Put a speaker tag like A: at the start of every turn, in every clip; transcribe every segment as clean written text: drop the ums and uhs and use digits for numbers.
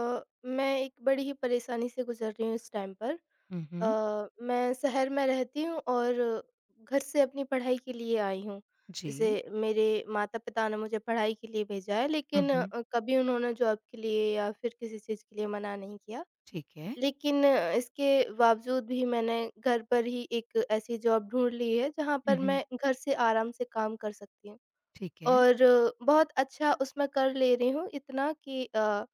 A: मैं एक बड़ी ही परेशानी से गुज़र रही हूँ इस टाइम पर।
B: उहुँ,
A: मैं शहर में रहती हूँ और घर से अपनी पढ़ाई के लिए आई हूँ। जैसे
B: जी।
A: मेरे माता-पिता ने मुझे पढ़ाई के लिए भेजा है, लेकिन
B: उहुँ,
A: कभी उन्होंने जॉब के लिए या फिर किसी चीज़ के लिए मना नहीं किया।
B: ठीक है।
A: लेकिन इसके बावजूद भी मैंने घर पर ही एक ऐसी जॉब ढूँढ ली है जहाँ पर
B: उहुँ,
A: मैं घर से आराम से काम कर सकती हूँ।
B: ठीक है।
A: और बहुत अच्छा उसमें कर ले रही हूँ, इतना कि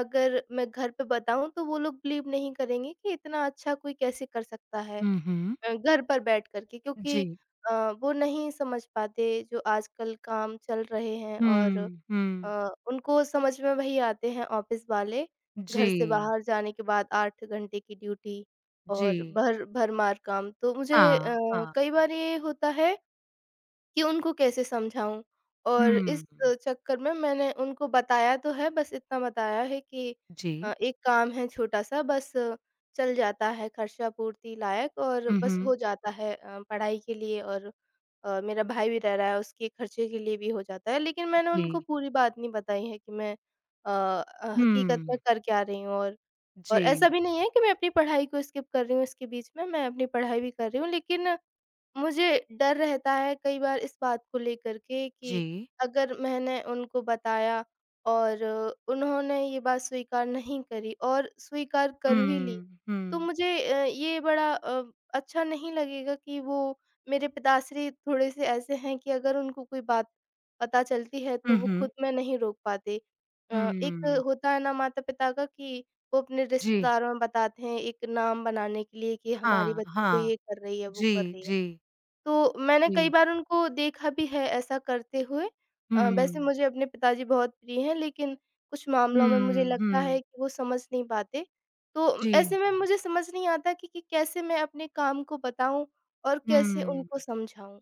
A: अगर मैं घर पे बताऊँ तो वो लोग बिलीव नहीं करेंगे कि इतना अच्छा कोई कैसे कर सकता है
B: उहुँ,
A: घर पर बैठ कर के, क्योंकि
B: जी।
A: वो नहीं समझ पाते जो आजकल काम चल रहे हैं। और
B: हुँ, हुँ,
A: उनको समझ में वही आते हैं ऑफिस वाले,
B: जी,
A: घर से बाहर जाने के बाद 8 घंटे की ड्यूटी
B: जी।
A: और भर भरमार काम। तो मुझे
B: हाँ, हाँ।
A: कई बार ये होता है कि उनको कैसे समझाऊँ? और इस
B: हुँ,
A: चक्कर में मैंने उनको बताया तो है, बस इतना बताया है कि
B: जी।
A: एक काम है छोटा-सा, बस चल जाता है खर्चा पूर्ति लायक, और
B: उहुँ,
A: बस हो जाता है पढ़ाई के लिए, और मेरा भाई भी रह रहा है, उसके खर्चे के लिए भी हो जाता है। लेकिन मैंने
B: जी।
A: उनको पूरी बात नहीं बताई है कि मैं अ हकीकत में
B: हुँ,
A: कर क्या रही हूँ। और
B: जी,
A: ऐसा भी नहीं है कि मैं अपनी पढ़ाई को स्किप कर रही हूँ इसके बीच में, मैं अपनी पढ़ाई भी कर रही हूँ, लेकिन मुझे डर रहता है कई बार इस बात को लेकर के
B: जी।
A: कि अगर मैंने उनको बताया और उन्होंने ये बात स्वीकार नहीं करी, और स्वीकार कर भी ली,
B: हुँ,
A: तो
B: हुँ।
A: मुझे ये बड़ा अच्छा नहीं लगेगा कि वो, मेरे पिताश्री थोड़े-से ऐसे हैं कि अगर उनको कोई बात पता चलती है तो वो
B: उहुँ,
A: खुद में नहीं रोक पाते। एक
B: हुँ।
A: होता है ना माता-पिता का कि वो अपने
B: जी।
A: रिश्तेदारों में बताते हैं एक नाम बनाने के लिए कि हमारी
B: हाँ,
A: बच्ची तो
B: हाँ।
A: ये कर रही है, वो कर
B: जी,
A: रही है।
B: जी,
A: तो मैंने कई
B: जी।
A: बार उनको देखा भी है ऐसा करते हुए। वैसे
B: हुँ,
A: मुझे अपने पिताजी बहुत प्रिय हैं, लेकिन कुछ मामलों में मुझे
B: हुँ,
A: लगता है
B: हुँ।
A: कि वो समझ नहीं पाते। तो ऐसे
B: जी।
A: में मुझे समझ नहीं आता कि कैसे मैं अपने काम को बताऊँ और कैसे
B: हुँ।
A: उनको समझाऊँ?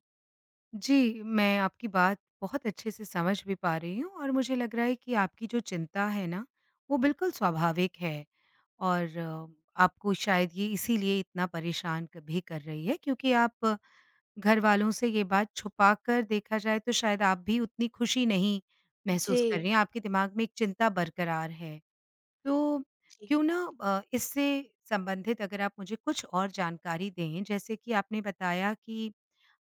B: जी, मैं आपकी बात बहुत अच्छे से समझ भी पा रही हूँ और मुझे लग रहा है कि आपकी जो चिंता है ना, वो बिल्कुल स्वाभाविक है और आपको शायद ये इसीलिए इतना परेशान क भी कर रही है क्योंकि आप घरवालों से ये बात छुपा कर देखा जाए तो शायद आप भी उतनी खुशी नहीं
A: जी।
B: महसूस कर रही हैं, आपके दिमाग में एक चिंता बरकरार है। तो
A: जी।
B: क्यों ना इससे संबंधित अगर आप मुझे कुछ और जानकारी दें, जैसे कि आपने बताया कि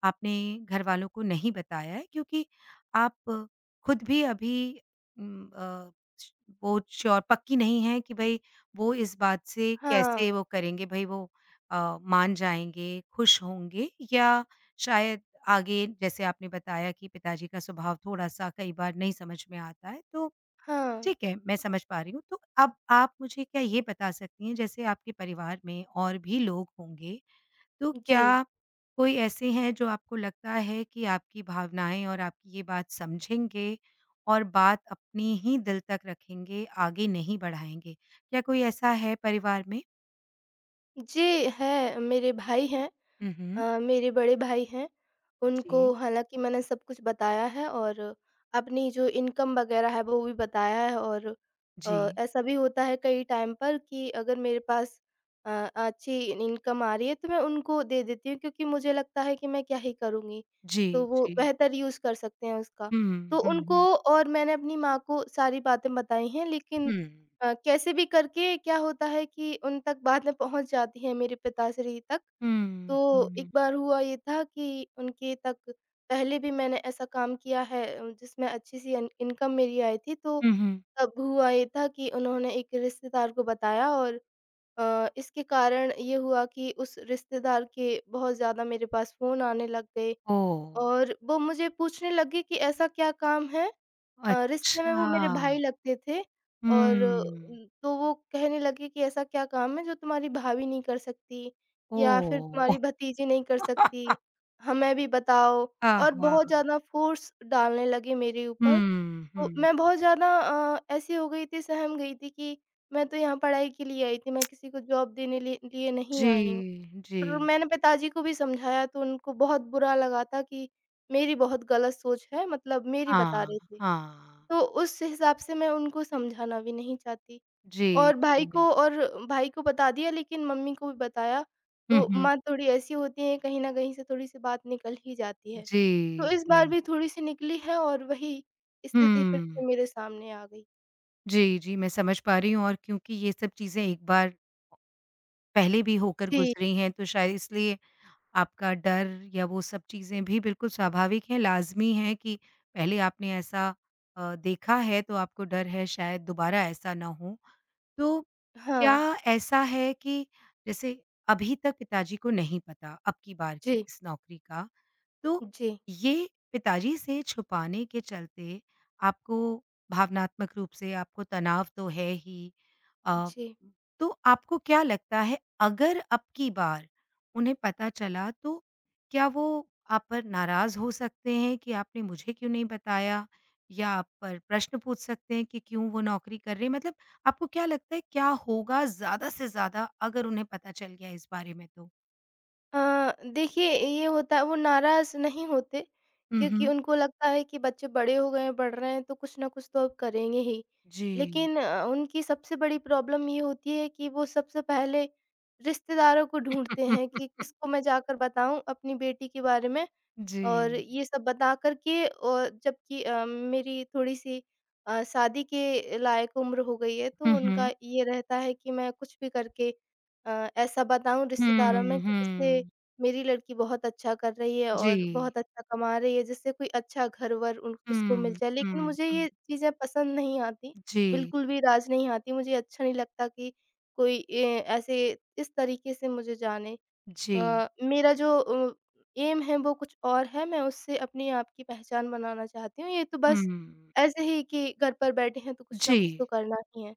B: आपने घरवालों को नहीं बताया है क्योंकि आप खुद भी अभी उम, अ, श वो श्योर पक्की नहीं है कि भई वो इस बात से
A: हाँ,
B: कैसे वो करेंगे भई वो मान जाएँगे, खुश होंगे या शायद आगे जैसे आपने बताया कि पिताजी का स्वभाव थोड़ा-सा कई बार नहीं समझ में आता है, तो
A: हाँ।
B: ठीक है, मैं समझ पा रही हूँ। तो अब आप मुझे क्या ये बता सकती हैं जैसे आपके परिवार में और भी लोग होंगे तो
A: जी।
B: क्या कोई ऐसे हैं जो आपको लगता है कि आपकी भावनाएँ और आपकी ये बात समझेंगे और बात अपनी ही दिल तक रखेंगे, आगे नहीं बढ़ाएँगे? क्या कोई ऐसा है परिवार में?
A: जी, है, मेरे भाई हैं।
B: हुँ, हुँ।
A: मेरे बड़े भाई हैं, उनको
B: जी,
A: हालाँकि मैंने सब कुछ बताया है, और अपनी जो इनकम वग़ैरह है वो भी बताया है। और
B: जी।
A: ऐसा भी होता है कई टाइम पर कि अगर मेरे पास अ, अच्छी इनकम आ रही है तो मैं उनको दे देती हूँ, क्योंकि मुझे लगता है कि मैं क्या ही करूँगी,
B: जी,
A: तो वो
B: जी।
A: बेहतर यूज़ कर सकते हैं उसका। तो
B: हुँ, हुँ,
A: उनको,
B: हुँ।
A: और मैंने अपनी माँ को, सारी बातें बताई हैं, लेकिन
B: हुँ।
A: कैसे भी करके क्या होता है कि उन तक बातें पहुँच जाती हैं, मेरे पिताश्री तक।
B: हुँ,
A: तो एक
B: हुँ।
A: बार हुआ ये था कि उनके तक, पहले भी मैंने ऐसा काम किया है जिसमें अच्छी सी इन इनकम मेरी आई थी, तो
B: हुँ, हुँ।
A: तब हुआ ये था कि उन्होंने एक रिश्तेदार को बताया, और इसके कारण ये हुआ कि उस रिश्तेदार के बहुत ज़्यादा मेरे पास फ़ोन आने लग गए,
B: ओह!
A: और वो मुझे पूछने लगे कि ऐसा क्या काम है। रिश्ते में वो
B: अच्छा।
A: मेरे भाई लगते थे, और
B: हुँ।
A: तो वो कहने लगे कि ऐसा क्या काम है जो तुम्हारी भाभी नहीं कर सकती या फिर तुम्हारी
B: ओह!
A: भतीजी नहीं कर सकती, हमें भी बताओ, और बहुत
B: आहा!
A: ज़्यादा फ़ोर्स डालने लगे मेरे ऊपर।
B: हुँ,
A: तो
B: हुँ।
A: मैं बहुत ज़्यादा ऐसी हो गई थी, सहम गई थी कि मैं तो यहाँ पढ़ाई के लिए आई थी, मैं किसी को जॉब देने लिए लिए नहीं
B: जी,
A: आई हूँ।
B: जी।
A: और मैंने पिताजी को भी समझाया तो उनको बहुत बुरा लगा था कि मेरी बहुत गलत सोच है, मतलब मेरी बता
B: हाँ,
A: रहे थे।
B: हाँ।
A: तो उस हिसाब से मैं उनको समझाना भी नहीं चाहती।
B: जी,
A: और भाई
B: जी।
A: को और भाई को बता दिया, लेकिन मम्मी को भी बताया,
B: हुँ,
A: तो
B: हुँ।
A: माँ थोड़ी ऐसी होती हैं, कहीं न कहीं से थोड़ी-सी बात निकल ही जाती है। तो
B: जी,
A: इस
B: जी।
A: बार भी थोड़ी-सी निकली है, और वही स्थिति फिर
B: हुँ।
A: से मेरे सामने आ गई।
B: जी, जी, मैं समझ पा रही हूँ और क्योंकि ये सब चीज़ें एक बार पहले भी होकर
A: जी,
B: गुज़री हैं, तो शायद इसलिए आपका डर या वो सब चीज़ें भी बिल्कुल स्वाभाविक हैं, लाज़मी हैं कि पहले आपने ऐसा देखा है, तो आपको डर है शायद दोबारा ऐसा ना हो। तो क्या
A: हाँ।
B: ऐसा है कि जैसे अभी तक पिताजी को नहीं पता अब की बार की
A: जी,
B: इस नौकरी का तो
A: जी।
B: ये पिताजी से छुपाने के चलते आपको भावनात्मक रूप से आपको तनाव तो है ही अ,
A: जी।
B: तो आपको क्या लगता है अगर अब की बार उन्हें पता चला तो क्या वो आप पर नाराज़ हो सकते हैं कि आपने मुझे क्यों नहीं बताया? या आप पर प्रश्न पूछ सकते हैं कि क्यों वो नौकरी कर रहे हैं? मतलब आपको क्या लगता है क्या होगा ज़्यादा से ज़्यादा अगर उन्हें पता चल गया इस बारे में तो?
A: देखिए, ये होता है, वो नाराज़ नहीं होते,
B: हुँ,
A: क्योंकि
B: हुँ।
A: उनको लगता है कि बच्चे बड़े हो गए हैं, पढ़ रहे हैं तो कुछ ना कुछ तो अब करेंगे ही।
B: जी।
A: लेकिन उनकी सबसे बड़ी प्रॉब्लम ये होती है कि वो सबसे पहले रिश्तेदारों को ढूँढते हैं कि किसको मैं जाकर बताऊँ अपनी बेटी के बारे में,
B: जी।
A: और ये सब बता कर के। और जबकि मेरी थोड़ी-सी शादी के लायक उम्र हो गई है, तो
B: हुँ,
A: उनका
B: हुँ।
A: ये रहता है कि मैं कुछ भी करके ऐसा बताऊँ रिश्तेदारों में
B: हुँ,
A: कि, जिससे
B: हुँ।
A: मेरी लड़की बहुत अच्छा कर रही है
B: जी।
A: और बहुत अच्छा कमा रही है, जिससे कोई अच्छा घर-वर उन उसको मिल
B: हुँ,
A: जाए। लेकिन
B: हुँ,
A: मुझे ये
B: हुँ।
A: चीज़ें पसंद नहीं आती,
B: जी,
A: बिल्कुल भी राज़ नहीं आती। मुझे अच्छा नहीं लगता कि कोई ए ऐसे इस तरीके से मुझे जाने।
B: जी।
A: मेरा जो एम है वो कुछ और है, मैं उससे अपने आप की पहचान बनाना चाहती हूँ। ये तो बस
B: हुँ।
A: ऐसे ही कि घर पर बैठे हैं तो कुछ ना कुछ तो
B: जी,
A: करना ही है,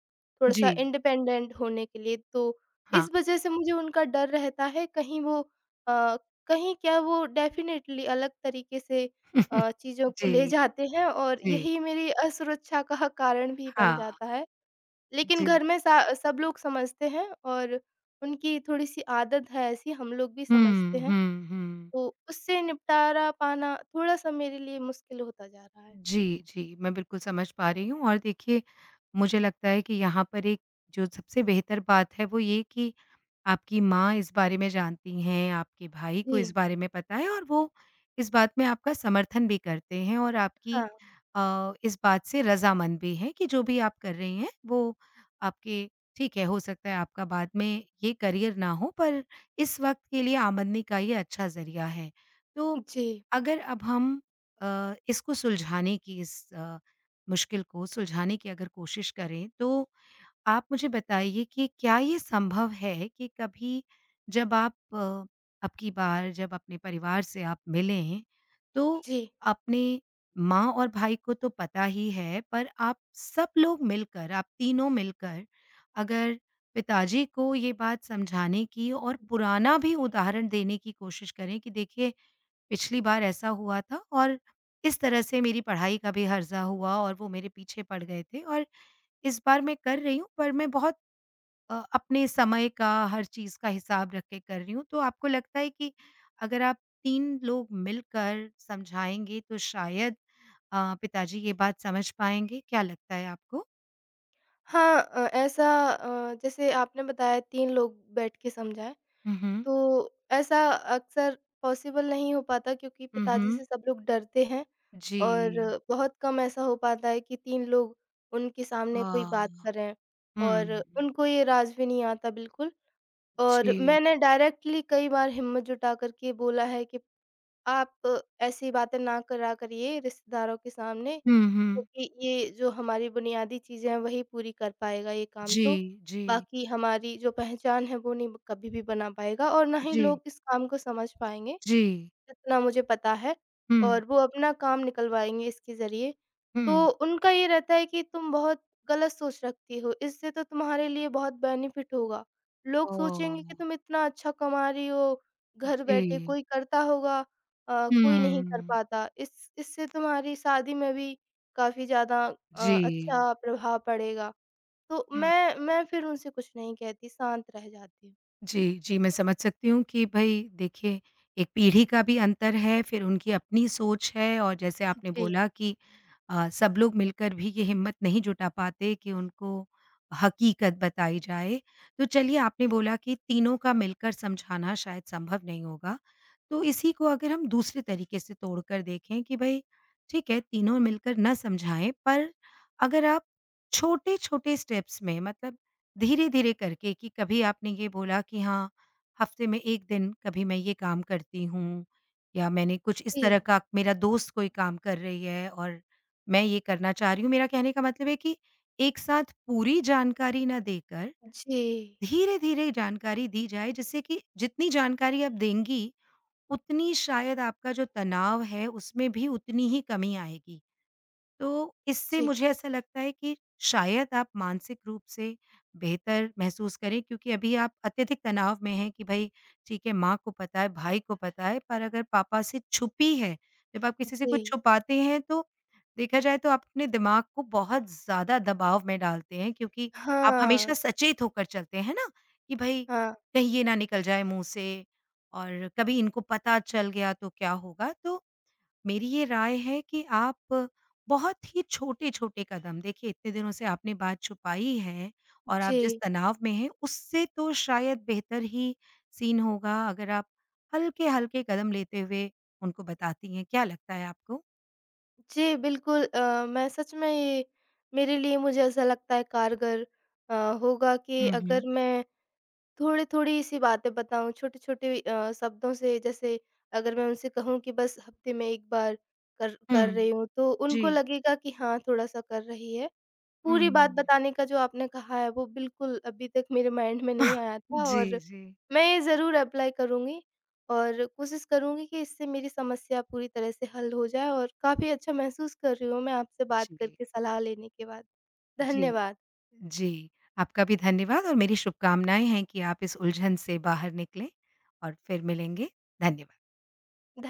B: जी।
A: थोड़ा-सा इंडिपेंडेंट होने के लिए। तो
B: हाँ।
A: इस वज़ह से मुझे उनका डर रहता है, कहीं वो अ, कहीं क्या, वो डेफ़िनेटली अलग तरीके से चीज़ों को
B: जी,
A: ले जाते हैं, और
B: जी।
A: यही मेरी असुरक्षा का कारण भी बन
B: हाँ,
A: जाता है। लेकिन
B: जी।
A: घर में सा सब लोग समझते हैं, और उनकी थोड़ी-सी आदत है ऐसी, हम लोग भी समझते
B: हुँ,
A: हैं,
B: हुँ, हुँ।
A: तो उससे निपटारा पाना थोड़ा-सा मेरे लिए मुश्किल होता जा रहा है।
B: जी, जी। मैं बिल्कुल समझ पा रही हूँ और देखिए, मुझे लगता है कि यहाँ पर एक जो सबसे बेहतर बात है वो ये कि आपकी माँ इस बारे में जानती हैं, आपके भाई को इस
A: जी,
B: बारे में पता है और वो इस बात में आपका समर्थन भी करते हैं और आपकी
A: हाँ।
B: इस बात से रज़ामंद भी हैं कि जो भी आप कर रही हैं वो आपके ठीक है, हो सकता है आपका बाद में ये करियर ना हो पर इस वक़्त के लिए आमदनी का ये अच्छा ज़रिया है। तो
A: जी,
B: अगर अब हम इसको सुलझाने की इस मुश्किल को सुलझाने की अगर कोशिश करें तो आप मुझे बताइए कि क्या ये संभव है कि कभी जब आप अब की बार जब अपने परिवार से आप मिलें तो
A: जी।
B: अपने माँ और भाई को तो पता ही है पर आप सब लोग मिलकर आप तीनों मिलकर अगर पिताजी को ये बात समझाने की और पुराना भी उदाहरण देने की कोशिश करें कि देखिए पिछली बार ऐसा हुआ था और इस तरह से मेरी पढ़ाई का भी हर्जा हुआ और वो मेरे पीछे पड़ गए थे और इस बार मैं कर रही हूँ पर मैं बहुत अपने समय का हर चीज़ का हिसाब रख के कर रही हूँ। तो आपको लगता है कि अगर आप 3 लोग मिलकर समझाएँगे तो शायद पिताजी ये बात समझ पाएँगे? क्या लगता है आपको?
A: हाँ, ऐसा, जैसे आपने बताया 3 लोग बैठ के समझाएँ,
B: हुँ, हुँ।
A: तो ऐसा अक्सर पॉसिबल नहीं हो पाता, क्योंकि
B: हुँ,
A: पिताजी
B: हुँ।
A: से सब लोग डरते हैं,
B: जी।
A: और बहुत कम ऐसा हो पाता है कि 3 लोग उनके सामने कोई बात
B: वाह!
A: करें, और
B: हुँ।
A: उनको ये राज़ भी नहीं आता बिल्कुल। और
B: जी।
A: मैंने डायरेक्टली कई बार हिम्मत जुटा कर के बोला है कि आप ऐसी बातें ना करा करिए रिश्तेदारों के सामने,
B: हुँ, हुँ।
A: क्योंकि ये जो हमारी बुनियादी चीज़ें हैं वही पूरी कर पाएगा ये काम
B: जी,
A: तो,
B: जी,
A: बाकी हमारी जो पहचान है वो नहीं कभी भी बना पाएगा, और ना ही
B: जी,
A: लोग इस काम को समझ पाएँगे।
B: जी।
A: इतना मुझे पता है,
B: हुँ,
A: और वो अपना काम निकलवाएँगे इसके ज़रिए।
B: हुँ।
A: तो उनका ये रहता है कि तुम बहुत गलत सोच रखती हो, इससे तो तुम्हारे लिए बहुत बेनिफिट होगा। लोग सोचेंगे कि
B: ओह!
A: तुम इतना अच्छा कमा रही हो, घर बैठे
B: जी।
A: कोई करता होगा, कोई नहीं कर
B: हुँ।
A: पाता। इस इससे तुम्हारी शादी में भी काफ़ी ज़्यादा
B: जी।
A: अच्छा प्रभाव पड़ेगा। तो
B: हुँ।
A: मैं फिर उनसे कुछ नहीं कहती, शांत रह जाती हूँ।
B: जी, जी, मैं समझ सकती हूँ कि भई देखिए, एक पीढ़ी का भी अंतर है, फिर उनकी अपनी सोच है और जैसे आपने
A: जी,
B: बोला कि सब लोग मिलकर भी ये हिम्मत नहीं जुटा पाते कि उनको हकीकत बताई जाए। तो चलिए आपने बोला कि तीनों का मिलकर समझाना शायद संभव नहीं होगा। तो इसी को अगर हम दूसरे तरीके से तोड़कर देखें कि भई ठीक है, तीनों मिलकर ना समझाएँ पर अगर आप छोटे-छोटे स्टेप्स में मतलब धीरे-धीरे करके कि कभी आपने ये बोला कि हाँ, हफ्ते में 1 दिन कभी मैं ये काम करती हूँ या मैंने कुछ इस
A: जी।
B: तरह का मेरा दोस्त कोई काम कर रही है और मैं ये करना चाह रही हूँ। मेरा कहने का मतलब है कि एक साथ पूरी जानकारी ना देकर
A: जी,
B: धीरे-धीरे जानकारी दी जाए जिससे कि जितनी जानकारी आप देंगी, उतनी शायद आपका जो तनाव है उसमें भी उतनी ही कमी आएगी। तो इससे
A: जी,
B: मुझे ऐसा लगता है कि शायद आप मानसिक रूप से बेहतर महसूस करें क्योंकि अभी आप अत्यधिक तनाव में हैं कि भाई ठीक है माँ को पता है, भाई को पता है, पर अगर पापा से छुपी है, जब आप किसी से कुछ
A: जी।
B: छुपाते हैं तो देखा जाए तो आप अपने दिमाग को बहुत ज़्यादा दबाव में डालते हैं क्योंकि आप
A: हाँ,
B: हमेशा सचेत होकर चलते हैं ना कि भाई
A: हाँ।
B: कहीं ये ना निकल जाए मुँह से और कभी इनको पता चल गया तो क्या होगा? तो मेरी ये राय है कि आप बहुत ही छोटे-छोटे कदम देखिए इतने दिनों से आपने बात छुपाई है और आप जिस
A: जी,
B: तनाव में हैं उससे तो शायद बेहतर ही सीन होगा अगर आप हल्के-हल्के कदम लेते हुए उनको बताती हैं। क्या लगता है आपको?
A: जी, बिल्कुल। मैं सच में ये, मेरे लिए मुझे ऐसा लगता है कारगर अ, होगा कि
B: हुँ, हुँ।
A: अगर मैं थोड़ी-थोड़ी सी बातें बताऊँ, छोटे-छोटे शब्दों से। जैसे अगर मैं उनसे कहूँ कि बस हफ़्ते में 1 बार कर कर
B: हुँ।
A: रही हूँ, तो
B: जी।
A: उनको लगेगा कि हाँ, थोड़ा-सा कर रही है। पूरी बात
B: हुँ।
A: बताने का जो आपने कहा है वो बिल्कुल अभी तक मेरे माइंड में नहीं आया था,
B: जी,
A: और
B: जी।
A: मैं ये ज़रूर एप्लाई करूँगी और कोशिश करूँगी कि इससे मेरी समस्या पूरी तरह से हल हो जाए। और काफ़ी अच्छा महसूस कर रही हूँ मैं आपसे बात
B: जी,
A: करके सलाह लेने के बाद।
B: जी,
A: धन्यवाद।
B: जी। आपका भी धन्यवाद और मेरी शुभकामनाएँ हैं कि आप इस उलझन से बाहर निकलें और फिर मिलेंगे। धन्यवाद।